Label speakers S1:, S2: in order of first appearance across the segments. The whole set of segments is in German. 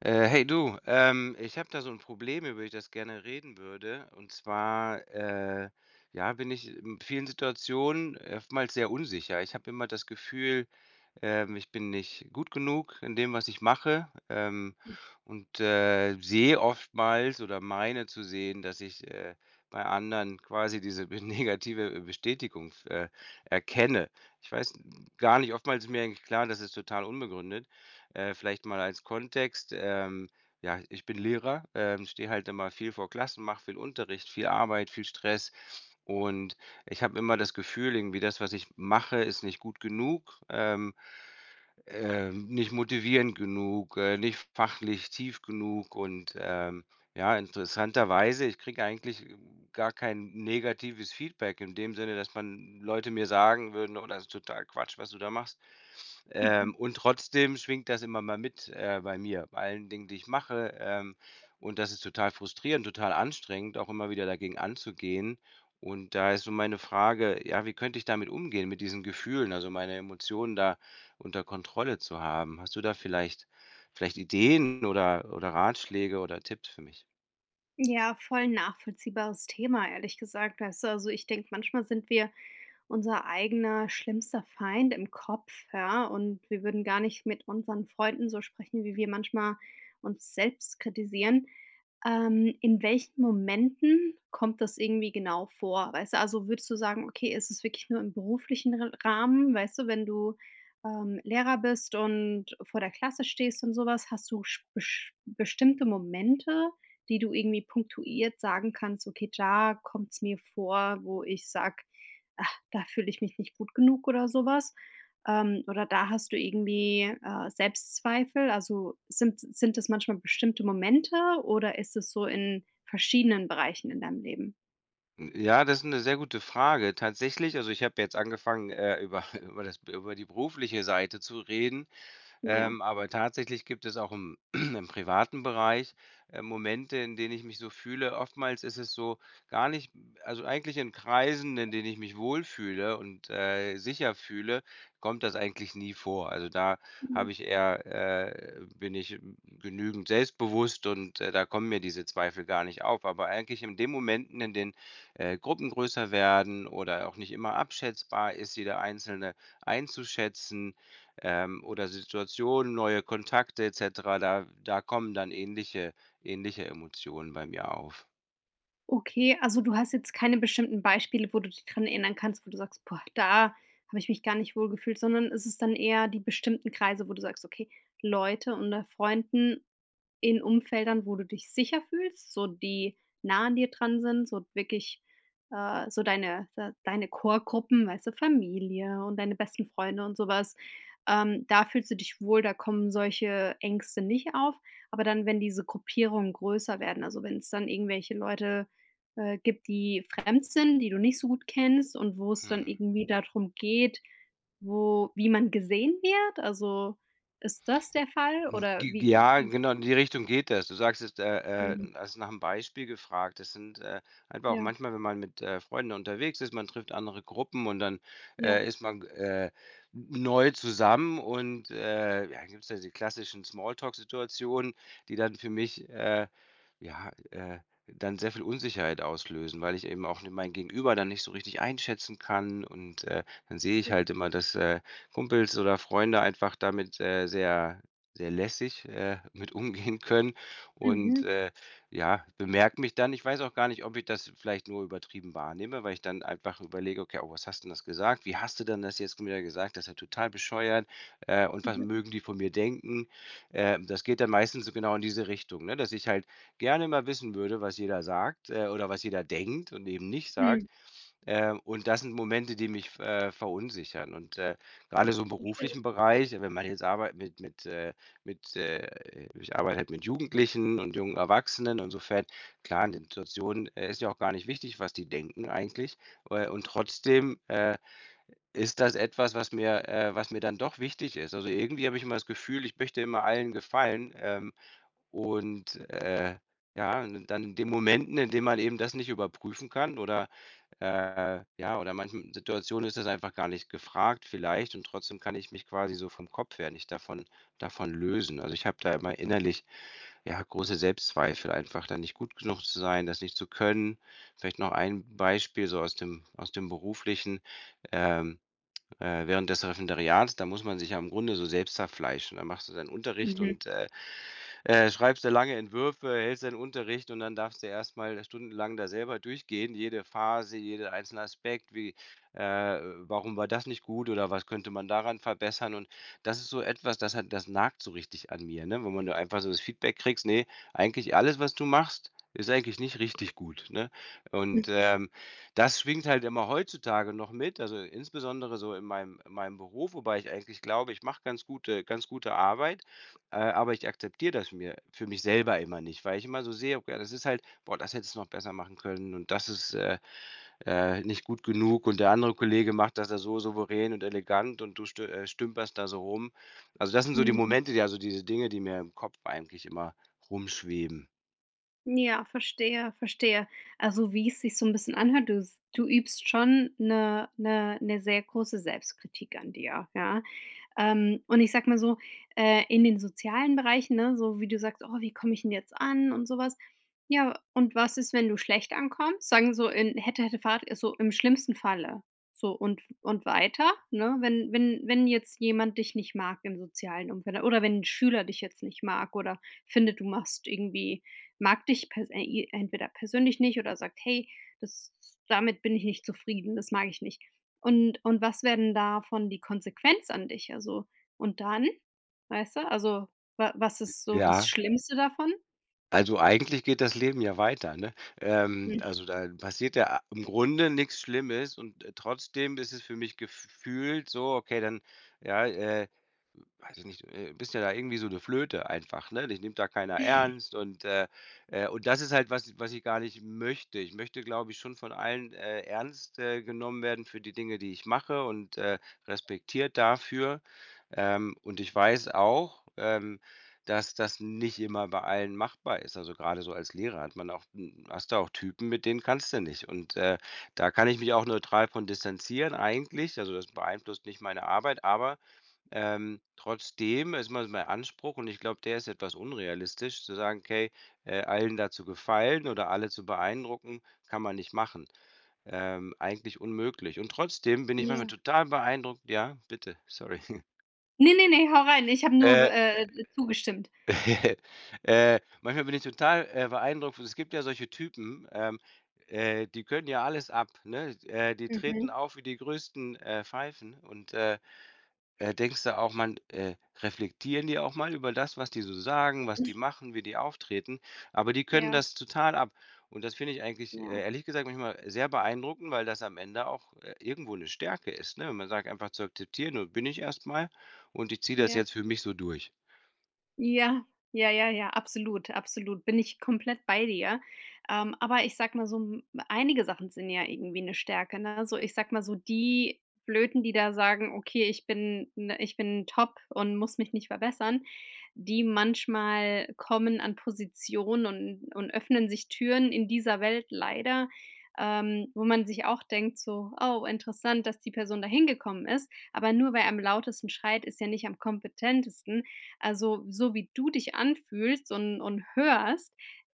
S1: Hey du, ich habe da so ein Problem, über das ich das gerne reden würde. Und zwar, ja, bin ich in vielen Situationen oftmals sehr unsicher. Ich habe immer das Gefühl, ich bin nicht gut genug in dem, was ich mache, und, sehe oftmals oder meine zu sehen, dass ich, bei anderen quasi diese negative Bestätigung erkenne. Ich weiß gar nicht, oftmals ist mir eigentlich klar, das ist total unbegründet. Vielleicht mal als Kontext, ja, ich bin Lehrer, stehe halt immer viel vor Klassen, mache viel Unterricht, viel Arbeit, viel Stress. Und ich habe immer das Gefühl, irgendwie das, was ich mache, ist nicht gut genug. Nicht motivierend genug, nicht fachlich tief genug und, ja, interessanterweise, ich kriege eigentlich gar kein negatives Feedback in dem Sinne, dass man Leute mir sagen würden: „Oh, das ist total Quatsch, was du da machst.“
S2: Mhm.
S1: Und trotzdem schwingt das immer mal mit, bei mir, bei allen Dingen, die ich mache, und das ist total frustrierend, total anstrengend, auch immer wieder dagegen anzugehen. Und da ist so meine Frage, ja, wie könnte ich damit umgehen, mit diesen Gefühlen, also meine Emotionen da unter Kontrolle zu haben. Hast du da vielleicht vielleicht Ideen oder Ratschläge oder Tipps für mich?
S2: Ja, voll nachvollziehbares Thema, ehrlich gesagt. Weißt du, also ich denke, manchmal sind wir unser eigener schlimmster Feind im Kopf, ja, und wir würden gar nicht mit unseren Freunden so sprechen, wie wir manchmal uns selbst kritisieren. In welchen Momenten kommt das irgendwie genau vor? Weißt du, also würdest du sagen, okay, ist es wirklich nur im beruflichen Ra Rahmen? Weißt du, wenn du, Lehrer bist und vor der Klasse stehst und sowas, hast du sch besch bestimmte Momente, die du irgendwie punktuiert sagen kannst: „Okay, da kommt es mir vor, wo ich sag, ach, da fühle ich mich nicht gut genug“ oder sowas. Oder da hast du irgendwie, Selbstzweifel? Also, sind das manchmal bestimmte Momente oder ist es so in verschiedenen Bereichen in deinem Leben?
S1: Hm, ja, das ist eine sehr gute Frage. Tatsächlich also, ich habe jetzt angefangen, über über die berufliche Seite zu reden.
S2: Ja,
S1: Aber tatsächlich gibt es auch im im privaten Bereich, Momente, in denen ich mich so fühle. Oftmals ist es so gar nicht, also eigentlich in Kreisen, in denen ich mich wohlfühle und, sicher fühle, kommt das eigentlich nie vor. Also, da
S2: mhm.
S1: habe ich eher bin ich genügend selbstbewusst und, da kommen mir diese Zweifel gar nicht auf. Aber eigentlich in den Momenten, in denen, Gruppen größer werden oder auch nicht immer abschätzbar ist, jeder Einzelne einzuschätzen, oder Situationen, neue Kontakte et cetera, da kommen dann ähnliche Emotionen bei mir auf.
S2: Okay, also du hast jetzt keine bestimmten Beispiele, wo du dich dran erinnern kannst, wo du sagst: „Boah, da habe ich mich gar nicht wohl gefühlt“, sondern ist es ist dann eher die bestimmten Kreise, wo du sagst: „Okay, Leute unter Freunden, in Umfeldern, wo du dich sicher fühlst, so die nah an dir dran sind, so wirklich, so deine de deine Chorgruppen, weißt du, Familie und deine besten Freunde und sowas. Da fühlst du dich wohl, da kommen solche Ängste nicht auf. Aber dann, wenn diese Gruppierungen größer werden, also wenn es dann irgendwelche Leute, gibt, die fremd sind, die du nicht so gut kennst und wo es dann
S1: Mhm.
S2: irgendwie darum geht, wo wie man gesehen wird? Also, ist das der Fall
S1: Hm,
S2: oder
S1: g
S2: wie?
S1: ja,
S2: I
S1: genau, in die Richtung geht das. Du sagst es, hast nach einem Beispiel gefragt. Das sind, einfach auch
S2: Ja,
S1: manchmal, wenn man mit, Freunden unterwegs ist, man trifft andere Gruppen und dann,
S2: ja.
S1: ist man, neu zusammen und, ja, gibt's ja die klassischen Smalltalk-Situationen, die dann für mich, ja, äh, dann sehr viel Unsicherheit auslösen, weil ich eben auch mein Gegenüber dann nicht so richtig einschätzen kann und, dann sehe ich
S2: Okay.
S1: halt immer, dass, Kumpels oder Freunde einfach damit, sehr lässig, mit umgehen können und,
S2: Mhm,
S1: ja, bemerke mich dann, ich weiß auch gar nicht, ob ich das vielleicht nur übertrieben wahrnehme, weil ich dann einfach überlege: „Okay, oh, was hast du denn das gesagt? Wie hast du denn das jetzt wieder gesagt? Das ist ja total bescheuert, und was
S2: mhm,
S1: mögen die von mir denken?“ das geht dann meistens so genau in diese Richtung, ne, dass ich halt gerne mal wissen würde, was jeder sagt, oder was jeder denkt und eben nicht
S2: mhm,
S1: sagt. Und das sind Momente, die mich, verunsichern. Und, grade so im
S2: verstehe ich.
S1: beruflichen Bereich, wenn man jetzt arbeitet mit, ich arbeite halt mit Jugendlichen und jungen Erwachsenen. Insofern, klar, in den Situationen, ist ja auch gar nicht wichtig, was die denken eigentlich. Und trotzdem, ist das etwas, was mir dann doch wichtig ist? Also, irgendwie habe ich immer das Gefühl, ich möchte immer allen gefallen, und, ja, und dann in den Momenten, in denen man eben das nicht überprüfen kann oder, ja, oder manchen Situationen ist das einfach gar nicht gefragt vielleicht und trotzdem kann ich mich quasi so vom Kopf her nicht davon lösen. Also, ich habe da immer innerlich, ja, große Selbstzweifel einfach, da nicht gut genug zu sein, das nicht zu können. Vielleicht noch ein Beispiel so aus dem Beruflichen. Ähm, Während des Referendariats, da muss man sich ja im Grunde so selbst zerfleischen. Da machst du deinen Unterricht
S2: Mhm,
S1: und, schreibst du lange Entwürfe, hältst deinen Unterricht und dann darfst du erst mal stundenlang da selber durchgehen, jede Phase, jeder einzelne Aspekt, wie, warum war das nicht gut oder was könnte man daran verbessern? Und das ist so etwas, das nagt so richtig an mir, ne? Wenn man da einfach so das Feedback kriegst: nee, eigentlich alles, was du machst, ist eigentlich nicht richtig gut“, ne? Und,
S2: mhm,
S1: das schwingt halt immer heutzutage noch mit, also insbesondere so in meinem Beruf, wobei ich eigentlich glaube, ich mache ganz gute Arbeit. Aber ich akzeptiere das mir für mich selber immer nicht, weil ich immer so sehe, okay, das ist halt: „Boah, das hättest du noch besser machen können und das ist, nicht gut genug und der andere Kollege macht das da so souverän und elegant und du stümperst da so rum.“ Also, das sind so die
S2: mhm.
S1: Momente, die, also diese Dinge, die mir im Kopf eigentlich immer rumschweben.
S2: Ja, verstehe, verstehe. Also, wie es sich so ein bisschen anhört, du übst schon eine 'ne 'ne sehr große Selbstkritik an dir, ja? Und ich sag mal so, in den sozialen Bereichen, ne, so wie du sagst: „Oh, wie komme ich denn jetzt an?“ und sowas. Ja, und was ist, wenn du schlecht ankommst? Sagen so, in hätte, hätte, Fahrrad ist so im schlimmsten Falle. So und weiter, ne? Wenn wenn jetzt jemand dich nicht mag im sozialen Umfeld oder wenn ein Schüler dich jetzt nicht mag oder findet, du machst irgendwie mag dich pers i entweder persönlich nicht oder sagt: „Hey, das damit bin ich nicht zufrieden, das mag ich nicht.“ Und was wäre denn davon die Konsequenz an dich? Also und dann, weißt du? Also, wa was ist so das
S1: Ja.
S2: Schlimmste davon?
S1: Also, eigentlich geht das Leben ja weiter, ne?
S2: Hm,
S1: Also, da passiert ja im Grunde nichts Schlimmes und, trotzdem ist es für mich gefühlt so, okay, dann, ja, äh, weiß ich nicht, bist ja da irgendwie so eine Flöte einfach, ne? Dich nimmt da keiner ernst und das ist halt was ich gar nicht möchte. Ich möchte, glaube ich, schon von allen, ernst, genommen werden für die Dinge, die ich mache und, respektiert dafür. Und ich weiß auch, dass das nicht immer bei allen machbar ist. Also, gerade so als Lehrer hat man auch hast du auch Typen, mit denen kannst du nicht. Und, da kann ich mich auch neutral von distanzieren eigentlich. Also, das beeinflusst nicht meine Arbeit, aber, trotzdem ist mal mein Anspruch und ich glaube, der ist etwas unrealistisch, zu sagen: „Okay, allen dazu gefallen oder alle zu beeindrucken, kann man nicht machen.“ eigentlich unmöglich. Und trotzdem bin ich manchmal
S2: ja.
S1: total beeindruckt, ja, bitte, sorry.
S2: Ne, ne, ne, hau rein. Ich habe nur,
S1: Äh
S2: zugestimmt.
S1: Manchmal bin ich total, beeindruckt. Es gibt ja solche Typen, die können ja alles ab, ne? Die treten
S2: Mhm.
S1: auf wie die größten, Pfeifen und, denkst du auch, man reflektieren die auch mal über das, was die so sagen, was die machen, wie die auftreten? Aber die können
S2: Ja,
S1: das total ab. Und das finde ich eigentlich,
S2: ja,
S1: ehrlich gesagt manchmal sehr beeindruckend, weil das am Ende auch, irgendwo eine Stärke ist, ne? Wenn man sagt, einfach zu akzeptieren: „So bin ich erstmal und ich ziehe das
S2: ja.
S1: jetzt für mich so durch.“
S2: Ja, ja, ja, ja, absolut, absolut. Bin ich komplett bei dir. Aber ich sag mal so, m einige Sachen sind ja irgendwie eine Stärke, ne? So, ich sag mal so, die Blöden, die da sagen: „Okay, ich bin ne ich bin top und muss mich nicht verbessern“, die manchmal kommen an Positionen und öffnen sich Türen in dieser Welt leider, wo man sich auch denkt so: „Oh, interessant, dass die Person da hingekommen ist.“ Aber nur wer am lautesten schreit, ist ja nicht am kompetentesten. Also, so wie du dich anfühlst und hörst,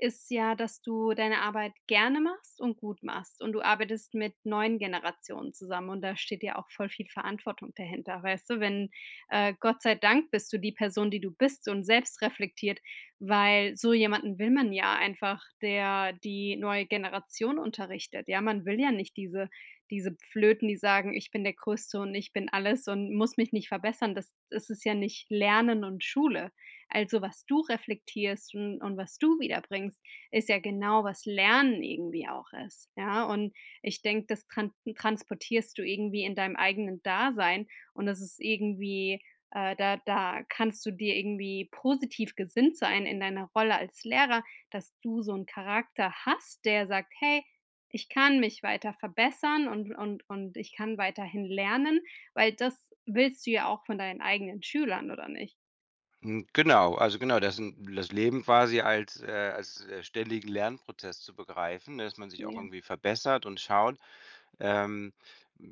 S2: ist ja, dass du deine Arbeit gerne machst und gut machst und du arbeitest mit neuen Generationen zusammen und da steht ja auch voll viel Verantwortung dahinter, weißt du? Wenn Gott sei Dank bist du die Person, die du bist und selbst reflektiert, weil so jemanden will man ja einfach, der die neue Generation unterrichtet. Ja, man will ja nicht diese diese Flöten, die sagen: „Ich bin der Größte und ich bin alles und muss mich nicht verbessern“, das das ist ja nicht Lernen und Schule. Also, was du reflektierst und was du wiederbringst, ist ja genau, was Lernen irgendwie auch ist, ja? Und ich denke, das transportierst du irgendwie in deinem eigenen Dasein und das ist irgendwie da da kannst du dir irgendwie positiv gesinnt sein in deiner Rolle als Lehrer, dass du so einen Charakter hast, der sagt: „Hey, ich kann mich weiter verbessern und ich kann weiterhin lernen, weil das willst du ja auch von deinen eigenen Schülern, oder nicht?
S1: Hm, genau, also genau, das 'n das Leben quasi als, ständigen Lernprozess zu begreifen, ne, dass man sich auch
S2: Ja.
S1: irgendwie verbessert und schaut, ähm,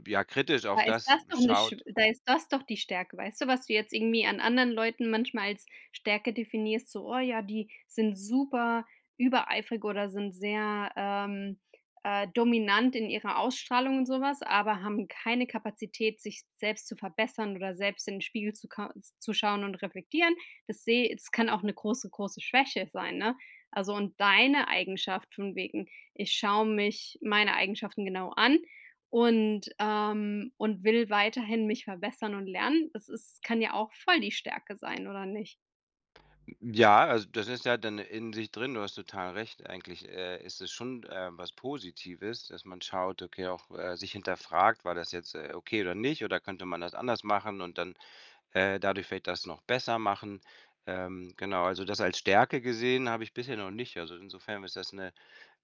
S1: ja, kritisch
S2: Da
S1: auf
S2: ist
S1: das
S2: das doch 'ne sch
S1: schaut.
S2: da ist das doch die Stärke, weißt du, was du jetzt irgendwie an anderen Leuten manchmal als Stärke definierst, so: „Oh ja, die sind super übereifrig oder sind sehr, dominant in ihrer Ausstrahlung und so was, aber haben keine Kapazität, sich selbst zu verbessern oder selbst in den Spiegel zu schauen und reflektieren.“ Das sehe das kann auch 'ne große, große Schwäche sein, ne? Also, und deine Eigenschaft von wegen: „Ich schaue mich meine Eigenschaften genau an und will weiterhin mich verbessern und lernen. Das ist kann ja auch voll die Stärke sein, oder nicht?“
S1: Ja, also das ist ja dann in sich drin, du hast total recht. Eigentlich, ist es schon, was Positives, dass man schaut, okay, auch, sich hinterfragt, war das jetzt, okay oder nicht oder könnte man das anders machen und dann, dadurch vielleicht das noch besser machen. Genau, also das als Stärke gesehen habe ich bisher noch nicht. Also insofern ist das eine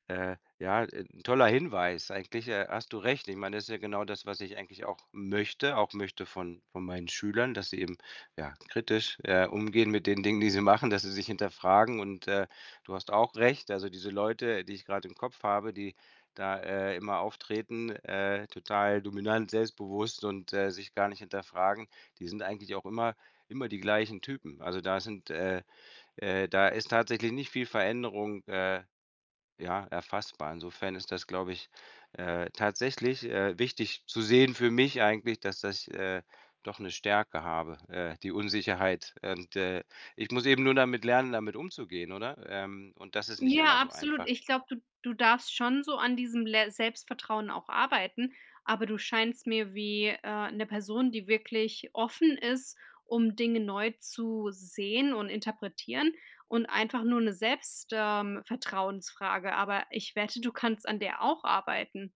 S1: Ja, 'n toller Hinweis. Eigentlich, hast du recht. Ich meine, das ist ja genau das, was ich eigentlich auch möchte von meinen Schülern, dass sie eben, ja, kritisch, umgehen mit den Dingen, die sie machen, dass sie sich hinterfragen und, du hast auch recht. Also, diese Leute, die ich gerade im Kopf habe, die da, immer auftreten, total dominant, selbstbewusst und, sich gar nicht hinterfragen, die sind eigentlich auch immer die gleichen Typen. Also, da sind, da ist tatsächlich nicht viel Veränderung, ja, erfassbar. Insofern ist das, glaube ich, tatsächlich, wichtig zu sehen für mich eigentlich, dass das, doch eine Stärke habe, die Unsicherheit. Und, ich muss eben nur damit lernen, damit umzugehen, oder? Und das ist nicht immer
S2: Ja,
S1: so
S2: absolut.
S1: einfach.
S2: Ich glaube, du darfst schon so an diesem Le Selbstvertrauen auch arbeiten, aber du scheinst mir wie, 'ne Person, die wirklich offen ist, um Dinge neu zu sehen und interpretieren und einfach nur eine Selbstvertrauensfrage. Vertrauensfrage, aber ich wette, du kannst an der auch arbeiten.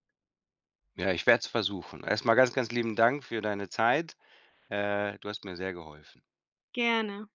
S1: Ja, ich werde es versuchen. Erstmal ganz, ganz lieben Dank für deine Zeit. Du hast mir sehr geholfen.
S2: Gerne.